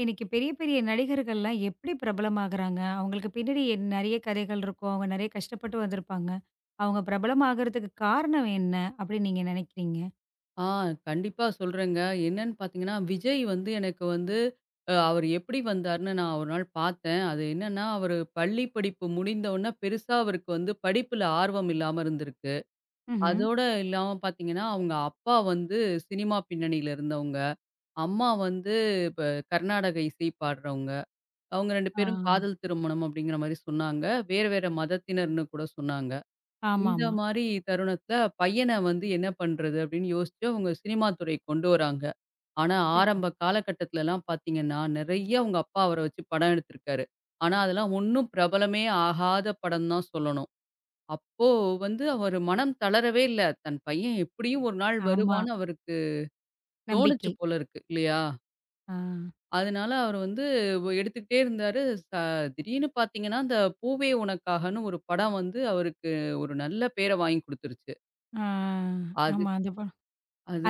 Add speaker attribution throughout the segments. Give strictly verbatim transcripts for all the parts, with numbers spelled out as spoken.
Speaker 1: இன்னைக்கு பெரிய பெரிய நடிகர்கள்லாம் எப்படி பிரபலமாகுறாங்க? அவங்களுக்கு பின்னாடி என் நெறைய கதைகள் இருக்கும். அவங்க நெறைய கஷ்டப்பட்டு வந்திருப்பாங்க. அவங்க பிரபலமாகறதுக்கு காரணம் என்ன? அப்படின்னு நீங்க நெனைக்கிறீங்க?
Speaker 2: ஆ கண்டிப்பா சொல்றேங்க. என்னன்னு பார்த்தீங்கன்னா, விஜய் வந்து எனக்கு வந்து அ அவர் எப்படி வந்தாருன்னு நான் ஒரு நாள் பார்த்தேன். அது என்னன்னா, அவரு பள்ளி படிப்பு முடிந்தவுடனே பெருசா அவருக்கு வந்து படிப்புல ஆர்வம் இல்லாம இருந்திருக்கு.
Speaker 1: ம்ஹ்ம்.
Speaker 2: அதோட இல்லாம பார்த்தீங்கன்னா, அவங்க அப்பா வந்து சினிமா பின்னணியில இருந்தவங்க. அம்மா வந்து இப்ப கர்நாடக இசை பாடுறவங்க. அவங்க ரெண்டு
Speaker 1: ஆ.
Speaker 2: பேரும் காதல் திருமணம் அப்படிங்கிற மாரி சொன்னாங்க. வேறு வேற மதத்தினர்ன்னு கூட சொன்னாங்க. இந்த
Speaker 1: ஆமாமா.
Speaker 2: மாரி தருணத்துல பையன வந்து என்ன பண்றது அப்படின்னு யோசிச்சு அவங்க சினிமா துறைக்கு கொண்டு வராங்க. ஆனா
Speaker 1: சரி.
Speaker 2: ஆரம்ப காலகட்டத்துலலாம் பார்த்தீங்கன்னா, நெறைய அவங்க அப்பா அவர வச்சு படம் எடுத்திருக்காரு. ஆனா அதெல்லாம் ஒண்ணும் பிரபலமே ஆகாத படம் தான் சொல்லணும். அப்போ வந்து அவரு மனம் தளரவே இல்ல. தன் பையன் எப்படியும் ஒரு நாள்
Speaker 1: ஆமா.
Speaker 2: வருவான்னு அவருக்கு தோணுச்சு
Speaker 1: நம்பிக்கை.
Speaker 2: போல இருக்கு இல்லையா?
Speaker 1: ஆ.
Speaker 2: அதனால அவர் வந்து வ- எடுத்துக்கிட்டே இருந்தாரு. ச திடீர்னு பார்த்தீங்கன்னா, அந்த பூவே உனக்காகன்னு ஒரு படம் வந்து அவருக்கு ஒரு நல்ல பேர வாங்கி குடுத்துருச்சு.
Speaker 1: ஆ. ஆமா. அந்த படம்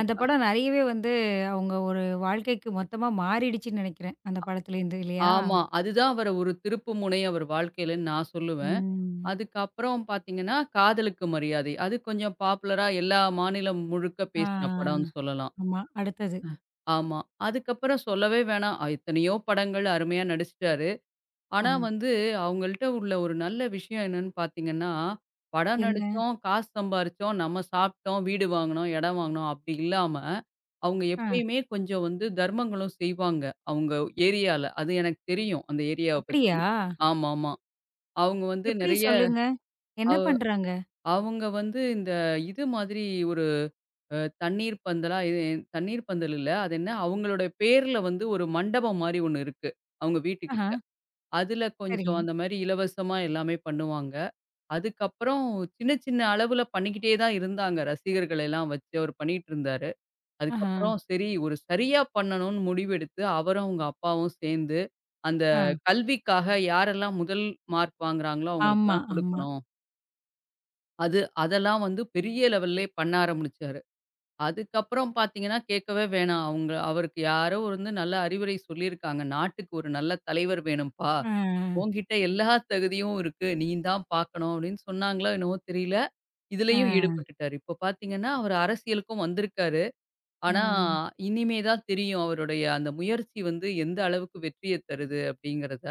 Speaker 1: அந்த படம் நெறையவே வந்து அவங்க ஒரு வாழ்க்கைக்கு மொத்தமா மாறிடுச்சுன்னு நெனைக்கிறேன். அந்த படத்துலேருந்து இல்லையா?
Speaker 2: ஆமா. அதுதான் அவர ஒரு திருப்புமுனை அவர் வாழ்க்கையிலன்னு நான் சொல்லுவேன்.
Speaker 1: ம்.
Speaker 2: அதுக்கப்புறம் பார்த்தீங்கன்னா, காதலுக்கு மரியாதை. அது கொஞ்சம் பாப்புலரா எல்லா மாநிலம் முழுக்க
Speaker 1: ஆ.
Speaker 2: பேசின படம்னு சொல்லலாம்.
Speaker 1: ஆமா. அடுத்தது.
Speaker 2: ஆமா. அதுக்கப்புறம் சொல்லவே வேணாம். அ எத்தனையோ படங்கள் அருமையா நடிச்சுட்டாரு.
Speaker 1: ஆ.
Speaker 2: ஆனா வந்து, அவங்கள்ட்ட உள்ள ஒரு நல்ல விஷயம் என்னன்னு பார்த்தீங்கன்னா, படம்
Speaker 1: என்ன?
Speaker 2: நடிச்சோம், காசு சம்பாரிச்சோம், நம்ம சாப்பிட்டோம், வீடு வாங்குனோம், இடம் வாங்குனோம் அப்படி இல்லாம, அவங்க
Speaker 1: ஆ.
Speaker 2: எப்பயுமே கொஞ்சம் வந்து தர்மங்களும் செய்வாங்க. அவங்க ஏரியால. அது எனக்கு தெரியும். அந்த ஏரியாவ பத்தி.
Speaker 1: அப்படியா?
Speaker 2: ஆமாமா. அவங்க வந்து
Speaker 1: எப்டி
Speaker 2: நெறைய
Speaker 1: சொல்லுங்க? என்ன
Speaker 2: அவ்
Speaker 1: பண்றாங்க?
Speaker 2: அவங்க வந்து இந்த இது மாதிரி ஒரு அ தண்ணீர் பந்தலா இது தண்ணீர் பந்தல் இல்ல. அது என்ன அவங்களுடைய பேர்ல வந்து ஒரு மண்டபம் மாரி ஒண்ணு இருக்கு. அவங்க
Speaker 1: ஆஹா,
Speaker 2: வீட்டுக்கிட்ட. அதுல கொஞ்சம்
Speaker 1: சரிங்க.
Speaker 2: அந்த மாரி இலவசமா எல்லாமே பண்ணுவாங்க. அதுக்கப்புறம் சின்ன, சின்ன அளவுல பண்ணிக்கிட்டே தான் இருந்தாங்க. ரசிகர்கள் எல்லாம் வச்சு அவர் பண்ணிட்டுருந்தாரு.
Speaker 1: ஆஹா,
Speaker 2: அதுக்கப்புறம் சரி ஒரு சரியா பண்ணணும்னு முடிவெடுத்து அவரும், அவங்க அப்பாவும் சேர்ந்து அந்த
Speaker 1: ஆ.
Speaker 2: கல்விக்காக யாரெல்லாம் முதல் மார்க் வாங்குறாங்களோ
Speaker 1: ஆமா,
Speaker 2: அவங்களுக்கெல்லாம்
Speaker 1: ஆமா.
Speaker 2: குடுக்கணும். அது அதெல்லாம் வந்து பெரிய லெவல்லயே பண்ண ஆரம்பிச்சாரு. அதுக்கப்புறம் பார்த்தீங்கன்னா, கேட்கவே வேணாம். அவங்க அவருக்கு யாரோ ஒரு வந்து நல்ல அறிவுரை சொல்லியிருக்காங்க. நாட்டுக்கு ஒரு நல்ல தலைவர் வேணும்ப்பா.
Speaker 1: ஆ,
Speaker 2: உன்கிட்ட எல்லா தகுதியும் இருக்கு. நீ தான் பார்க்கணும் அப்படின்னு சொன்னாங்களோ என்னவோ தெரியல. இதுலயும்
Speaker 1: ஆ,
Speaker 2: ஈடுபட்டுட்டாரு. இப்போ பார்த்தீங்கன்னா, அவரு அரசியலுக்கும் வந்திருக்காரு.
Speaker 1: ஆ.
Speaker 2: ஆனா, இனிமே தான் தெரியும் அவருடைய அந்த முயற்சி வந்து எந்த அளவுக்கு வெற்றிய தருது அப்படிங்கிறத.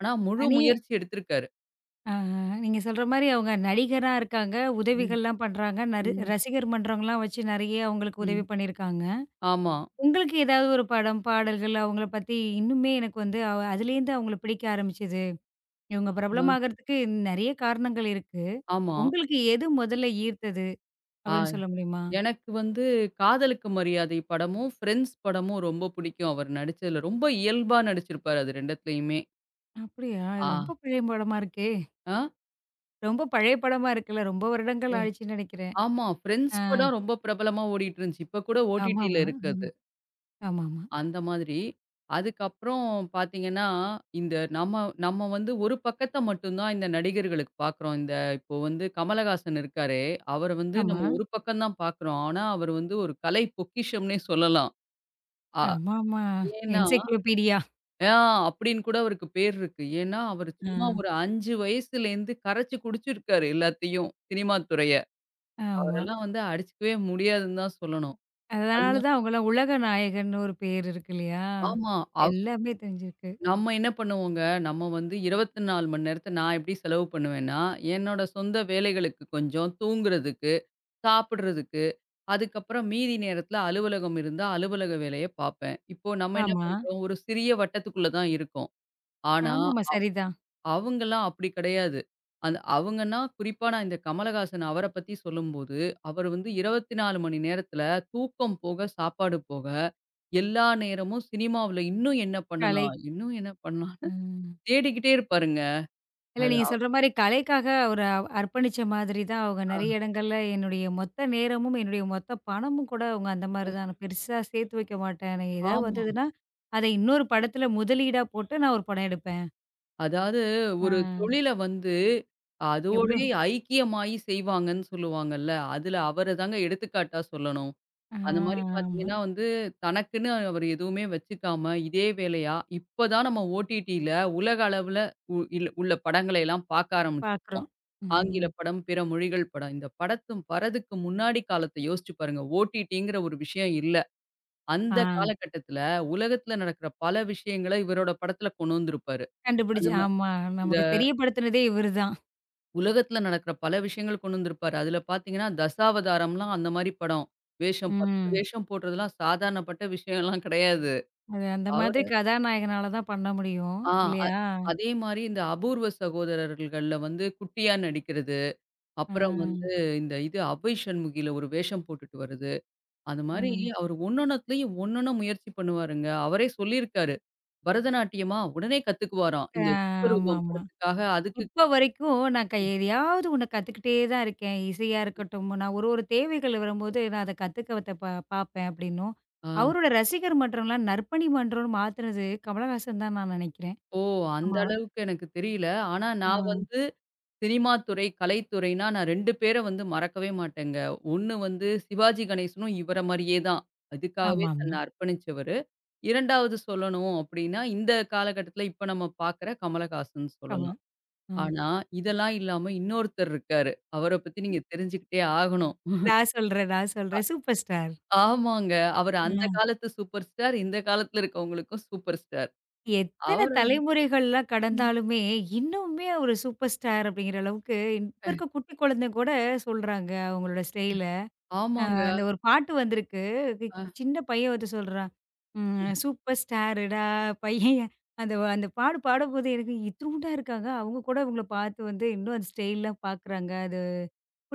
Speaker 2: ஆனா, முழு
Speaker 1: அணி
Speaker 2: முயற்சி எடுத்திருக்காரு.
Speaker 1: ஆ, நீங்க சொல்ற மாரி அவங்க நடிகரா இருக்காங்க.
Speaker 2: ம்,
Speaker 1: உதவிகள்லாம் பண்றாங்க. நரு
Speaker 2: ம்,
Speaker 1: ரசிகர் மன்றம்லாம் வச்சு நெறைய அவங்களுக்கு உதவி
Speaker 2: ம்.
Speaker 1: பண்ணியிருக்காங்க.
Speaker 2: ஆமா.
Speaker 1: உங்களுக்கு ஏதாவது ஒரு படம், பாடல்கள் அவங்கள பத்தி இன்னுமே எனக்கு வந்து அ அதுலேருந்து அவங்கள பிடிக்க ஆரம்பிச்சது. இவங்க
Speaker 2: அ,
Speaker 1: பிரபலமாகறதுக்கு நெறைய காரணங்கள் இருக்கு.
Speaker 2: ஆமா.
Speaker 1: உங்களுக்கு எது முதல்ல ஈர்த்தது?
Speaker 2: ஆ
Speaker 1: அப்டின்னு சொல்ல முடியுமா?
Speaker 2: எனக்கு வந்து காதலுக்கு மரியாதை படமும், ஃப்ரெண்ட்ஸ் படமும் ரொம்ப பிடிக்கும் அவர் நடிச்சதுல. ரொம்ப இயல்பா நடிச்சிருப்பாரு அது ரெண்டுத்துலயுமே.
Speaker 1: அப்டியா?
Speaker 2: ஆ,
Speaker 1: இது ரொம்ப பழைய படமா இருக்கே!
Speaker 2: ஆ.
Speaker 1: ரொம்ப பழைய படமா இருக்குல்ல. ரொம்ப வருடங்கள் ஆயிடுச்சுன்னு நெனைக்கிறேன்.
Speaker 2: ஆமா. ஃப்ரெண்ட்ஸ்
Speaker 1: ஆ
Speaker 2: படம் ரொம்ப பிரபலமா ஓடிட்டு இருந்துச்சு. இப்ப கூட ஓடிடில
Speaker 1: ஆமாமா.
Speaker 2: இருக்கு அது.
Speaker 1: ஆமாமா.
Speaker 2: அந்த மாதிரி. அதுக்கப்புறம் பார்த்தீங்கன்னா, இந்த நம்ம நம்ம வந்து ஒரு பக்கத்த மட்டும் தான் இந்த நடிகர்களுக்கு பார்க்குறோம். இந்த இப்போ வந்து கமலஹாசன் இருக்காரே, அவர வந்து
Speaker 1: ஆமா.
Speaker 2: நம்ம ஒரு பக்கம் தான் பார்க்குறோம். ஆனா, அவர் வந்து ஒரு கலை பொக்கிஷம்னே சொல்லலாம். அ
Speaker 1: ஆமாமா.
Speaker 2: ஏன்னா
Speaker 1: என்சைக்ளோபீடியா.
Speaker 2: ஆ அப்படின்னு கூட அவருக்கு பேர் இருக்கு. ஏன்னா, அவர்
Speaker 1: ஆ.
Speaker 2: சும்மா ஒரு ஐந்து வயசுலேருந்து கரைச்சு குடிச்சிருக்காரு எல்லாத்தையும், சினிமா துறைய.
Speaker 1: ஆமா.
Speaker 2: அவரெல்லாம் வந்து அடிச்சுக்கவே முடியாதுன்னு தான் சொல்லணும். அது
Speaker 1: அதனால தான் அவங்கலாம் உலக நாயகன்னு ஒரு பேர் இருக்கு இல்லையா?
Speaker 2: ஆமா. அவ்
Speaker 1: எல்லாமே தெரிஞ்சிருக்கு.
Speaker 2: நம்ம என்ன பண்ணுவோங்க, நம்ம வந்து இருபத்தி நான்கு மணி நேரத்த நான் எப்படி செலவு பண்ணுவேன்னா, என்னோட சொந்த வேலைகளுக்கு கொஞ்சம், தூங்குறதுக்கு, சாப்பிடுறதுக்கு, அதுக்கப்புறம் மீதி நேரத்தில அலுவலகம் இருந்தா அலுவலக வேலைய பார்ப்பேன். இப்போ நம்ம என்ன
Speaker 1: ஆமா.
Speaker 2: பண்றோம், ஒரு சிறிய வட்டத்துக்குள்ள தான் இருக்கோம். ஆனா,
Speaker 1: ஆமாமா.
Speaker 2: அ
Speaker 1: சரிதான்.
Speaker 2: அவங்கலாம் அப்படி கிடையாது. அந்த அவங்கன்னா குறிப்பா நான் இந்த கமலஹாசன் அவர பத்தி சொல்லும்போது, அவர் வந்து இருபத்தி நான்கு மணி நேரத்தில தூக்கம் போக, சாப்பாடு போக, எல்லா நேரமும் சினிமாவுல இன்னும் என்ன
Speaker 1: கலை.
Speaker 2: பண்ணலாம்? இன்னும் என்ன பண்ணலாம்?
Speaker 1: ம்.
Speaker 2: தேடிக்கிட்டே இருப்பாருங்க.
Speaker 1: இல்ல
Speaker 2: அது
Speaker 1: நீங்க சொல்ற மாரி கலைக்காக ஒரு அ- அர்ப்பணிச்ச மாதிரி தான் அவங்க
Speaker 2: ஆ
Speaker 1: நெறைய இடங்கள்ல என்னுடைய மொத்த நேரமும், என்னுடைய மொத்த பணமும் கூட அவங்க அந்த மாரி தான். நான் பெருசா சேர்த்து வைக்க மாட்டேன். எனக்கு ஏதாவது
Speaker 2: ஆமா.
Speaker 1: வந்ததுன்னா, அத இன்னொரு படத்துல முதலீடா போட்டு நான் ஒரு படம் எடுப்பேன்.
Speaker 2: அதாவது
Speaker 1: ஆ
Speaker 2: ஒரு தொழில வந்து
Speaker 1: எவ்ளோ
Speaker 2: அதோடயே ஐக்கியமாயி செய்வாங்கன்னு சொல்லுவாங்கல்ல. அதுல அவர தாங்க எடுத்துக்காட்டா சொல்லணும்.
Speaker 1: ஆ
Speaker 2: அந்த மாரி
Speaker 1: ஆமா.
Speaker 2: பார்த்தீங்கன்னா வந்து, தனக்குன்னு அவர் எதுவுமே வச்சுக்காம, இதே வேலையா இப்ப தான் நம்ம OTTல உலக அளவுல உ இல் உள்ள படங்களை எல்லாம் பார்க்க ஆரம்பிச்சிருக்கோம்.
Speaker 1: பார்க்குறோம். ம்.
Speaker 2: ஆங்கில படம், பிற மொழிகள் படம். இந்த படத்தும் வரதுக்கு முன்னாடி காலத்த யோசிச்சு பாருங்க. OTTங்கிற ஒரு விஷயம் இல்ல.
Speaker 1: ஆ
Speaker 2: அந்த காலகட்டத்துல, உலகத்துல நடக்கிற பல விஷயங்கள இவரோட படத்துல கொண்டு வந்திருப்பாரு. அந்த
Speaker 1: கண்டுபிடிச்சு
Speaker 2: மா
Speaker 1: ஆமா.
Speaker 2: இந்த
Speaker 1: நமக்கு தெரியப்படுத்துனதே இவரு தான்.
Speaker 2: உலகத்துல நடக்கிற பல விஷயங்கள் கொண்டு வந்திருப்பாரு. அதுல பார்த்தீங்கன்னா, தசாவதாரம்லாம் அந்த மாரி படம். வேஷம் பத்து
Speaker 1: ம்.
Speaker 2: வேஷம் போடுறதெல்லாம் சாதாரணப்பட்ட விஷயம்லாம் கிடையாது.
Speaker 1: அது அந்த மாதிரி
Speaker 2: அவரு
Speaker 1: கதாநாயகனால தான் பண்ண முடியும்.
Speaker 2: ஆ அ
Speaker 1: இல்லையா?
Speaker 2: அதே மாரி இந்த அபூர்வ சகோதரர்கள்ல வந்து குட்டியா நடிக்கிறது.
Speaker 1: ஆ,
Speaker 2: அப்புறம் வந்து இந்த இது அவ்வை சண்முகில ஒரு வேஷம் போட்டுட்டு வர்றது. அது மாரி
Speaker 1: ம்.
Speaker 2: அவர் ஒன்னொன்னத்துலயும் ஒன்னொன்ன முயற்சி பண்ணுவாருங்க. அவரே சொல்லியிருக்காரு. பரதநாட்டியமா? உடனே கத்துக்குவாராம்.
Speaker 1: ஆ
Speaker 2: இந்த விஸ்வரூபம்
Speaker 1: ஆமாமா.
Speaker 2: படத்துக்காக அதுக்கு
Speaker 1: இப்ப வரைக்கும் நான் க எதையாவது ஒண்ணு கத்துக்கிட்டே தான் இருக்கேன். இசையா இருக்கட்டும், நான் ஒரு ஒரு தேவைகள் வரும்போது நான் அத கத்துக்கத்த ப பாப்பேன் அப்படின்னும்.
Speaker 2: ஆ.
Speaker 1: அவரோட ரசிகர் மன்றம்லாம் நற்பணி மன்றம்னு மாத்துனது கமலஹாசன் தான் நான் நினைக்கிறேன்.
Speaker 2: ஓ! அந்த
Speaker 1: ஆமாவா?
Speaker 2: அளவுக்கு எனக்கு தெரியல. ஆனா
Speaker 1: ஆ.
Speaker 2: நான் வந்து சினிமா துறை, கலைத்துறைனா நான் ரெண்டு பேர வந்து மறக்கவே மாட்டேங்க. ஒண்ணு வந்து சிவாஜி கணேசனும் இவர மாரியே தான். அதுக்காகவே தன்னை
Speaker 1: ஆமாமா.
Speaker 2: அர்ப்பணிச்சவரு. இரண்டாவது சொல்லணும் அப்டின்னா, இந்த காலகட்டத்தில இப்ப நம்ம பார்க்குற கமலஹாசன் சொல்லலாம்.
Speaker 1: கமல். ம்.
Speaker 2: ஆனா இதெல்லாம் இல்லாம இன்னொருத்தர் இருக்காரு. அவர பத்தி நீங்க தெரிஞ்சுக்கிட்டே ஆகணும்.
Speaker 1: நான் சொல்றேன், நான் சொல்றேன். Super star.
Speaker 2: ஆமாங்க. அவரு அந்த
Speaker 1: ம்.
Speaker 2: காலத்து சூப்பர் ஸ்டார். இந்த காலத்துல இருக்கவங்களுக்கும் சூப்பர் ஸ்டார்.
Speaker 1: எத்தன
Speaker 2: அவரு
Speaker 1: தலைமுறைகள்லாம் கடந்தாலுமே, இன்னுமே அவரு சூப்பர் ஸ்டார் அப்படிங்கிற அளவுக்கு இப்ப இருக்க குட்டி குழந்தைங்க கூட சொல்றாங்க அவங்களோட ஸ்டைல.
Speaker 2: ஆமாங்க.
Speaker 1: அந்த ஒரு பாட்டு வந்திருக்கு. க்
Speaker 2: அ
Speaker 1: சின்ன பையன் வந்து சொல்றான். ம் சூப்பர் ஸ்டாருடா பையன். அந்த வ- அந்த பாடு பாடும்போது எனக்கு இத்துணூண்டா இருக்காங்க. அவங்க கூட இவங்கள பார்த்து வந்து இன்னும் அந்த ஸ்டைலா பார்க்குறாங்க. அது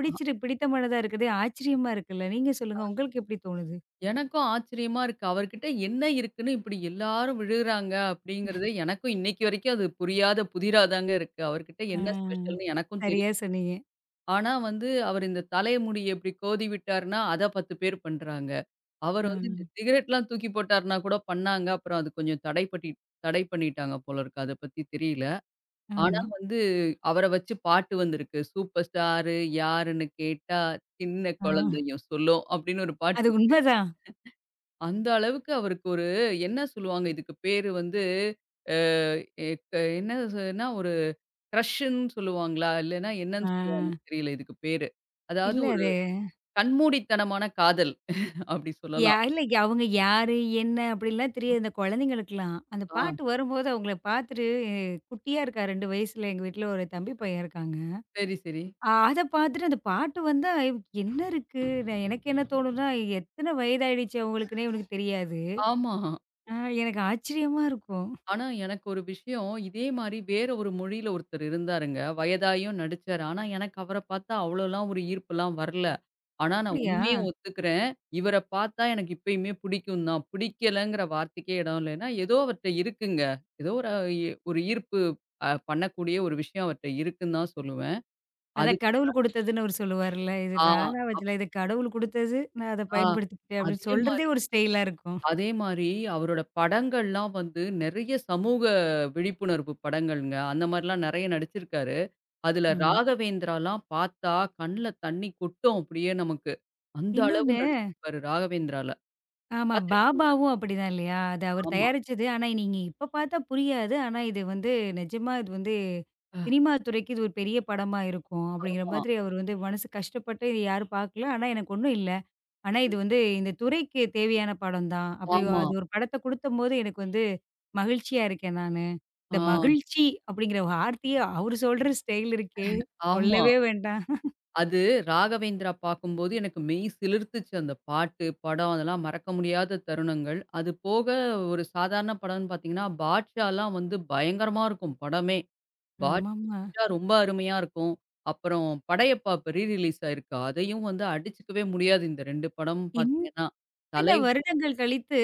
Speaker 2: அ
Speaker 1: பிடித்தமானதா இருக்குதே! ஆச்சரியமா இருக்குல்ல. நீங்க சொல்லுங்க உங்களுக்கு எப்படி தோணுது?
Speaker 2: எனக்கும் ஆச்சரியமா இருக்கு. அவர்கிட்ட என்ன இருக்குன்னு இப்படி எல்லாரும் விழுகுறாங்க அப்படிங்கிறது எனக்கும் இன்னைக்கு வரைக்கும் அது புரியாத புதிரா தாங்க இருக்கு. அவர்கிட்ட
Speaker 1: ஆ.
Speaker 2: என்ன ஸ்பெஷல்ன்னு எனக்கும்
Speaker 1: சரியா
Speaker 2: தெரியும்.
Speaker 1: சொன்னீங்க.
Speaker 2: ஆனா வந்து அவர் இந்த தலைமுடிய இப்படி கோதி விட்டாருன்னா, அத பத்து பேர் பண்றாங்க. அவர்
Speaker 1: ஆ.
Speaker 2: வந்து இந்த சிகரெட்லாம் தூக்கி போட்டாருன்னா கூட பண்ணாங்க. அப்புறம் அது கொஞ்சம் தடை பட்டி தடை பண்ணிட்டாங்க போல இருக்கு. அத பத்தி தெரியல. ஆனா
Speaker 1: ஆமா.
Speaker 2: வந்து, அவர வச்சு பாட்டு வந்திருக்கு. சூப்பர் ஸ்டாரு யாருன்னு கேட்டா, சின்ன
Speaker 1: ஆ.
Speaker 2: குழந்தையும் சொல்லும் அப்படின்னு ஒரு பாட்டு
Speaker 1: அது
Speaker 2: இருக்கு.
Speaker 1: உண்மதான்.
Speaker 2: அந்த அளவுக்கு அவருக்கு ஒரு என்ன சொல்லுவாங்க, இதுக்கு பேரு வந்து அ எக் என்னதுன்னா ஒரு க்ரஷ்ன்னு சொல்லுவாங்களா? இல்லன்னா
Speaker 1: ஆ.
Speaker 2: என்னன்னு சொல்லுவாங்கன்னு தெரியல இதுக்கு பேரு. அதாவது
Speaker 1: இல்ல.
Speaker 2: ஒரு கண்மூடித்தனமான காதல் அப்படி
Speaker 1: யா
Speaker 2: சொல்லலாம்.
Speaker 1: இல்ல அவங்க யாரு? என்ன? அப்படிலாம் தெரியாது. இந்த குழந்தைங்களுக்குலாம். அந்த
Speaker 2: ஆ
Speaker 1: பாட்டு வரும்போது அவங்கள பார்த்துட்டு அஹ், குட்டியா இருக்கா ரெண்டு வயசுல எங்க வீட்ல ஒரு தம்பி பையன் இருக்காங்க.
Speaker 2: சரி, சரி.
Speaker 1: அ அத பார்த்துட்டு அந்த பாட்டு வந்தா ஐயோ, என்ன இருக்கு? நான் எனக்கு என்ன தோணும்னா, எத்தனை வயதாயிடுச்சு அவங்களுக்குன்னே இவனுக்கு தெரியாது.
Speaker 2: ஆமா.
Speaker 1: அ எனக்கு ஆச்சரியமா இருக்கும்.
Speaker 2: ஆனா, எனக்கு ஒரு விஷயம், இதே மாரி வேற ஒரு மொழியில ஒருத்தர் இருந்தாருங்க. வயதாயும் நடிச்சாரு. ஆனா, எனக்கு அவர பார்த்தா அவ்வளோலாம் ஒரு ஈர்ப்புலாம் வரல. ஆனா, நான்
Speaker 1: அப்படியா?
Speaker 2: உண்மைய ஒத்துக்கிறேன். இவர பார்த்தா எனக்கு இப்பயுமே பிடிக்கும் தான். பிடிக்கலங்கிற வார்த்தைக்கே இடம் இல்லன்னா, ஏதோ அவர்ட்ட இருக்குங்க. ஏதோ ஒரு எ ஒரு ஈர்ப்பு அ பண்ணக்கூடிய ஒரு விஷயம் அவர்ட்ட இருக்குன்னு தான் சொல்லுவேன்.
Speaker 1: அதான்
Speaker 2: அதுக்கு
Speaker 1: கடவுள் கொடுத்ததுன்னு அவரு சொல்லுவார்ல. இது
Speaker 2: ஆ,
Speaker 1: நானா வச்சல. இது கடவுள் கொடுத்தது. நான் அத
Speaker 2: ஆ.
Speaker 1: பயன்படுத்திக்கிட்டேன் அப்படின்னு
Speaker 2: அதே
Speaker 1: சொல்றதே
Speaker 2: மாரி
Speaker 1: ஒரு ஸ்டைலா இருக்கும்.
Speaker 2: அதே மாரி அவரோட படங்கள்லாம் வந்து நெறைய சமூக விழிப்புணர்வு படங்கள்ங்க. அந்த மாரிலாம் நெறைய நடிச்சிருக்காரு. அதுல
Speaker 1: ஆமா.
Speaker 2: ராகவேந்திராலாம் பார்த்தா கண்ல தண்ணி கொட்டும் அப்படியே நமக்கு. அந்த அளவு
Speaker 1: இன்னொன்னு
Speaker 2: நடிச்சிருப்பாரு ராகவேந்திரால.
Speaker 1: ஆமா.
Speaker 2: பார்த்திருக்கீங்களா?
Speaker 1: பாபாவும் அப்படிதான் இல்லையா? அது அவர்
Speaker 2: ஆமா.
Speaker 1: தயாரிச்சது. ஆனா, நீங்க இப்ப பார்த்தா புரியாது. ஆனா, இது வந்து நிஜமா இது வந்து
Speaker 2: அஹ்,
Speaker 1: சினிமா துறைக்கு இது ஒரு பெரிய படமா இருக்கும். அப்படிங்கிற
Speaker 2: ஆமா.
Speaker 1: மாதிரி அவர் வந்து மனசு கஷ்டப்பட்டு இது யாரும் பார்க்கல. ஆனா, எனக்கு ஒண்ணும் இல்ல. ஆனா, இது வந்து இந்த துறைக்கு தேவையான படம் தான். அப்படி
Speaker 2: ஆமா.
Speaker 1: அது ஒரு படத்த குடுத்தம்போது எனக்கு வந்து மகிழ்ச்சியா இருக்கேன் நானு. இந்த
Speaker 2: ஆ
Speaker 1: மகிழ்ச்சி அப்படிங்கிற வார்த்தையே அவரு சொல்ற ஸ்டைல் இருக்கே!
Speaker 2: ஆமா.
Speaker 1: சொல்லவே வேண்டாம்.
Speaker 2: அது ராகவேந்திரா பார்க்கும்போது எனக்கு மெய் சிலிர்த்துச்சு அந்த பாட்டு, படம் அதெல்லாம் மறக்க முடியாத தருணங்கள். அது போக ஒரு சாதாரண படம்னு பார்த்தீங்கன்னா, பாட்ஷாலாம் வந்து பயங்கரமா இருக்கும் படமே. பாட்
Speaker 1: ஆமாமா.
Speaker 2: செஞ்சா ரொம்ப அருமையா இருக்கும். அப்புறம் படையப்பா இப்ப ரீ ரிலீஸ் ஆயிருக்கு. அதையும் வந்து அடிச்சுக்கவே முடியாது. இந்த ரெண்டு படமும்
Speaker 1: இந்த
Speaker 2: பார்த்தீங்கன்னா,
Speaker 1: இத்தன
Speaker 2: தலை
Speaker 1: வருடங்கள் கழித்து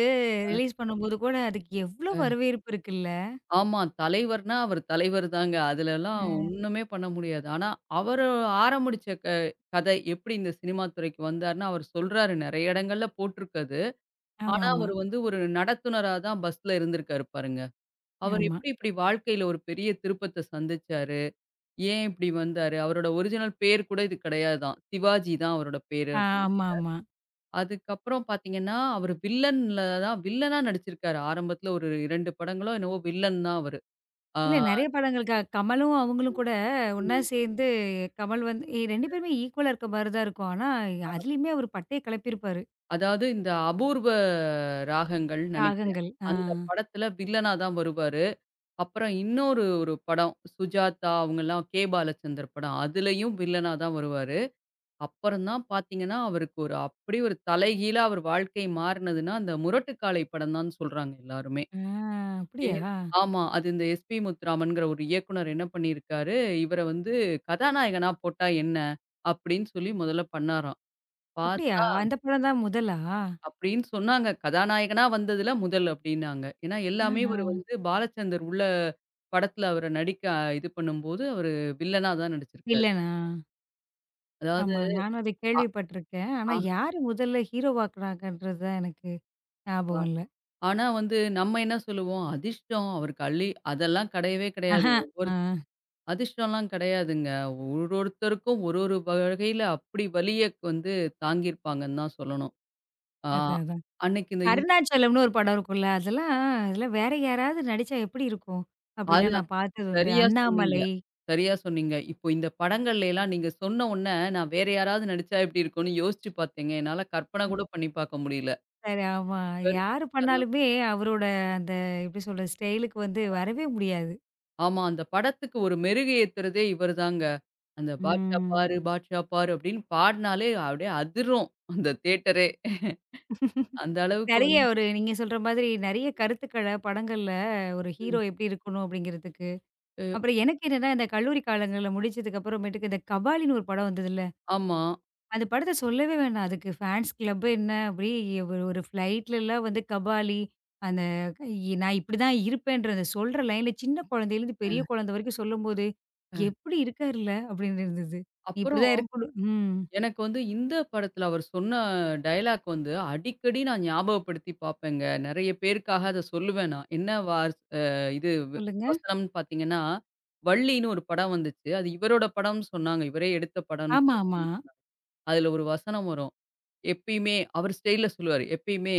Speaker 1: ரிலீஸ் பண்ணும்போது கூட, அதுக்கு எவ்ளோ
Speaker 2: அ.
Speaker 1: வரவேற்பு இருக்குல்ல.
Speaker 2: ஆமா. தலைவர்னா அவர் தலைவர் தாங்க. அதுலலாம்
Speaker 1: அ
Speaker 2: ஒண்ணுமே பண்ண முடியாது. ஆனா, அவரு ஆரம்பிச்ச க கதை எப்படி இந்த சினிமா துறைக்கு வந்தாருன்னு அவர் சொல்றாரு. நெறைய இடங்கள்ல போட்டிருக்கு அது.
Speaker 1: ஆமாமா,
Speaker 2: ஆனா,
Speaker 1: ஆமா.
Speaker 2: அவரு வந்து ஒரு நடத்துனரா தான் பஸ்ல இருந்திருக்காரு பாருங்க. அவர்
Speaker 1: ஆமா
Speaker 2: எப்படி இப்படி வாழ்க்கையில ஒரு பெரிய திருப்பத்த சந்திச்சாரு? ஏன் இப்படி வந்தாரு? அவரோட ஒரிஜினல் பேர் கூட இது கிடையாதாம். சிவாஜி தான் அவரோட பேரு.
Speaker 1: ஆ ஆமாமா.
Speaker 2: அதுக்கப்புறம் பார்த்தீங்கன்னா, அவரு வில்லன்ல தான் வில்லனா நடிச்சிருக்காரு. ஆரம்பத்துல ஒரு இரண்டு படங்களோ என்னவோ வில்லன் தான் அவரு. ஆ
Speaker 1: இல்ல நெறைய படங்களுக்கு அ- கமலும், அவங்களும் கூட ஒண்ணா
Speaker 2: ம்.
Speaker 1: சேர்ந்து கமல் வந்து ரெண்டு பேருமே ஈக்குவலா இருக்க மாரி தான் இருக்கும். ஆனா, அதுலயுமே அவரு பட்டைய கெளப்பியிருப்பாரு.
Speaker 2: அதாவது இந்த அபூர்வ ராகங்கள்னு நெனைக்கிறேன்.
Speaker 1: காகங்கள். ஆ.
Speaker 2: அந்த படத்துல வில்லனா தான் வருவாரு. அப்புறம் இன்னொரு ஒரு படம் சுஜாதா அவங்கலாம் கே. பாலச்சந்தர் படம். அதுலயும் வில்லனா தான் வருவாரு. அப்புறம் தான் பார்த்தீங்கன்னா, அவருக்கு ஒரு அப்படியே ஒரு தலைகீழா அவர் வாழ்க்கை மாறுனதுன்னா, அந்த முரட்டுக்காலை படம் தான் சொல்றாங்க எல்லாருமே.
Speaker 1: ஆ
Speaker 2: ஏ
Speaker 1: அப்படியா?
Speaker 2: ஆமா. அது இந்த எஸ்பி முத்துராமன்ங்கிற ஒரு இயக்குனர் என்ன பண்ணியிருக்காரு, இவர வந்து கதாநாயகனா போட்டா என்ன? அப்டின்னு சொல்லி முதல்ல பண்ணாராம்.
Speaker 1: அப்படியா?
Speaker 2: பார்த்தா
Speaker 1: அந்த படம் தான் முதலா?
Speaker 2: அப்டின்னு சொன்னாங்க. கதாநாயகனா வந்ததுல முதல் அப்டின்னாங்க. ஏன்னா எல்லாமே
Speaker 1: ஆஹா.
Speaker 2: இவரு வந்து பாலச்சந்தர் உள்ள படத்துல அவர நடிக்க இது பண்ணும்போது, அவரு வில்லனா தான் நடிச்சிருக்காரு.
Speaker 1: வில்லனா?
Speaker 2: அதாவது
Speaker 1: ஆமா. நானும் அத கேள்விப்பட்டுருக்கேன். ஆனா,
Speaker 2: ஆ
Speaker 1: யாரு முதல்ல ஹீரோவாக்குனாங்கன்றது தான் எனக்கு
Speaker 2: ஆ-
Speaker 1: ஞாபகம் இல்ல.
Speaker 2: ஆனா வந்து நம்ம என்ன சொல்லுவோம், அதிர்ஷ்டம் அவருக்கு அள்ளி அதெல்லாம் கிடையவே
Speaker 1: ஆஹ.
Speaker 2: கிடையாது.
Speaker 1: ஆ.
Speaker 2: ஒவ்வொரு அதிர்ஷ்டம்லாம் கிடையாதுங்க. ஒரு ஒருத்தருக்கும் ஒரு ஒரு வகையில அப்படி வலிய வந்து தாங்கியிருப்பாங்கன்னு தான் சொல்லணும். ஆ
Speaker 1: அதான், அதான்.
Speaker 2: அன்னைக்கு இந்த இ
Speaker 1: அருணாச்சலம்னு ஒரு படம் இருக்கும்ல. அதெல்லாம் அதெல்லாம் வேற யாராவது நடிச்சா எப்படி இருக்கும்? அப்படிலாம்
Speaker 2: அதுதான்
Speaker 1: நான் பார்த்தது உண்டு.
Speaker 2: சரியா சொன்னீங்க.
Speaker 1: அண்ணாமலை.
Speaker 2: சரியா சொன்னீங்க. இப்போ இந்த படங்கள்லலாம் நீங்க சொன்ன உடனே நான் வேற யாராவது நடிச்சா எப்படி இருக்கும்னு யோசிச்சு பார்த்தேங்க. என்னால கற்பனை கூட பண்ணி பார்க்க முடியல.
Speaker 1: சரி ஆமா.
Speaker 2: இவரு
Speaker 1: யாரு
Speaker 2: நடிச்சா தான்
Speaker 1: பண்ணாலுமே அவரோட அந்த எப்படி சொல்றது? ஸ்டைலுக்கு வந்து வரவே முடியாது.
Speaker 2: ஆமா அந்த படத்துக்கு ஒரு மெருகு ஏத்துறதே இவரு தாங்க. அந்த பாட்ஷா
Speaker 1: ம்.
Speaker 2: பாரு, பாட்ஷா பாரு அப்படின்னு பாடுனாலே அப்படியே அதிரும் அந்த தியேட்டரே. அந்த அளவுக்கு
Speaker 1: நெறைய
Speaker 2: வந்து
Speaker 1: ஒரு நீங்க சொல்ற மாதிரி நெறைய கருத்துக்கள படங்கள்ல ஒரு ஹீரோ எப்படி இருக்கணும் அப்படிங்கிறதுக்கு.
Speaker 2: ம்.
Speaker 1: அப்புறம் எனக்கு என்னன்னா, இந்த கல்லூரி காலங்கள்ல முடிச்சதுக்கு அப்புறமேட்டுக்கு இந்த கபாலின்னு ஒரு படம் வந்ததுல்ல.
Speaker 2: ஆமா.
Speaker 1: அது படத்த சொல்லவே வேண்டாம். அதுக்கு ஃபேன்ஸ் கிளப் என்ன, அப்படியே ஒரு ஒரு ஃப்ளைட்லலாம் வந்து கபாலி, அந்த க- இ- நான் இப்படிதான் இருப்பேன்றத சொல்ற லைன்ல சின்ன குழந்தையிலேருந்து பெரிய குழந்தை வரைக்கும் சொல்லும்போது, "எப்படி இருக்காருல்ல!" அப்படின்னு இருந்தது. நீ
Speaker 2: அப்புறம்
Speaker 1: இப்படிதான் இருக்கணும் ம்.
Speaker 2: எனக்கு வந்து இந்த படத்துல அவர் சொன்ன டயலாக் வந்து அடிக்கடி நான் ஞாபகப்படுத்தி பார்ப்பேங்க. நெறைய பேருக்காக அத சொல்லுவேன் நான். என்ன வார்ஸ் அ இது வ
Speaker 1: சொல்லுங்க.
Speaker 2: வசனம்னு பார்த்தீங்கன்னா, வள்ளின்னு ஒரு படம் வந்துச்சு. அது இவரோட படம்னு சொன்னாங்க. இவரே எடுத்த படம்னு
Speaker 1: ஆமாமா.
Speaker 2: சொல்லி. அதுல ஒரு வசனம் வரும். எப்பயுமே அவர் ஸ்டைல்ல சொல்லுவாரு. எப்பயுமே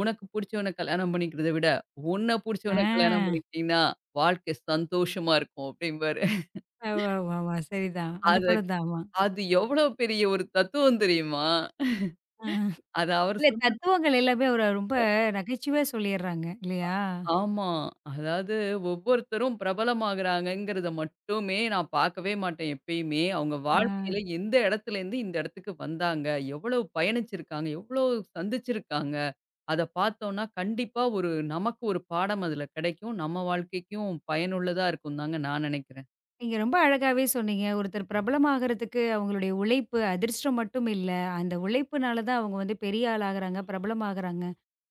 Speaker 2: உனக்கு புடிச்சவன கல்யாணம் பண்ணிக்கிறத விட, உன்ன
Speaker 1: ஆ.
Speaker 2: புடிச்சவன கல்யாணம் பண்ணிக்கிட்டீன்னா, வாழ்க்கை சந்தோஷமா இருக்கும் அப்டிம்பாரு.
Speaker 1: ஆமாமா. சரிதான். அந்த
Speaker 2: அத
Speaker 1: படம் தான். ஆமா.
Speaker 2: அது எவ்வளோ பெரிய ஒரு தத்துவம் தெரியுமா?
Speaker 1: ஆ.
Speaker 2: அது அவர்
Speaker 1: இல்ல
Speaker 2: சொன்ன
Speaker 1: தத்துவங்கள் எல்லாமே அவரு ரொம்ப நகைச்சுவையா சொல்லிர்றாங்க. இல்லையா?
Speaker 2: ஆமா. அதாவது ஒவ்வொருத்தரும் பிரபலமாகுறாங்கங்கிறத மட்டுமே நான் பார்க்கவே மாட்டேன் எப்பயுமே. அவங்க
Speaker 1: ஆ.
Speaker 2: வாழ்க்கையில எந்த இடத்துலேருந்து இந்த இடத்துக்கு வந்தாங்க, எவ்வளவு பயணிச்சிருக்காங்க, எவ்வளவு சந்திச்சிருக்காங்க. அத பார்த்தோம்னா கண்டிப்பா ஒரு நமக்கு ஒரு பாடம் அதுல கிடைக்கும். நம்ம வாழ்க்கைக்கும் பயனுள்ளதா இருக்கும்னு தாங்க நான் நினைக்கிறேன்.
Speaker 1: நீங்க ரொம்ப அழகாவே சொன்னீங்க. ஒருத்தர் பிரபலமாகறதுக்கு அவங்களுடைய உழைப்பு, அதிர்ஷ்டம் மட்டும் இல்ல. அந்த உழைப்புனால தான் அவங்க வந்து பெரிய ஆளாகுறாங்க, பிரபலமாகுறாங்க.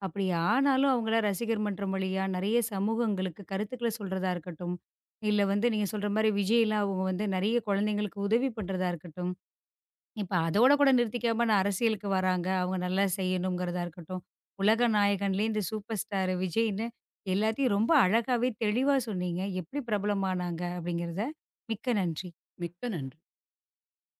Speaker 1: அப்படி ஆனாலும் அவங்கள ரசிகர் மன்றம் வழியா நெறைய சமூகங்களுக்கு கருத்துக்கள சொல்றதா இருக்கட்டும், இல்ல வந்து நீங்க சொல்ற மாரி விஜய்லாம் அவங்க வந்து நெறைய குழந்தைங்களுக்கு உதவி பண்றதா இருக்கட்டும். இப்ப அதோட கூட நிறுத்திக்காம நான் அரசியலுக்கு வராங்க. அவங்க நல்லா செய்யணுங்கிறதா இருக்கட்டும். உலக நாயகன்லேயே இந்த சூப்பர் ஸ்டார் விஜய்ன்னு எல்லாத்தையும் ரொம்ப அழகாவே, தெளிவா சொன்னீங்க. எப்படி பிரபலமானாங்க அப்படிங்கிறத. மிக்க நன்றி.
Speaker 2: மிக்க நன்றி.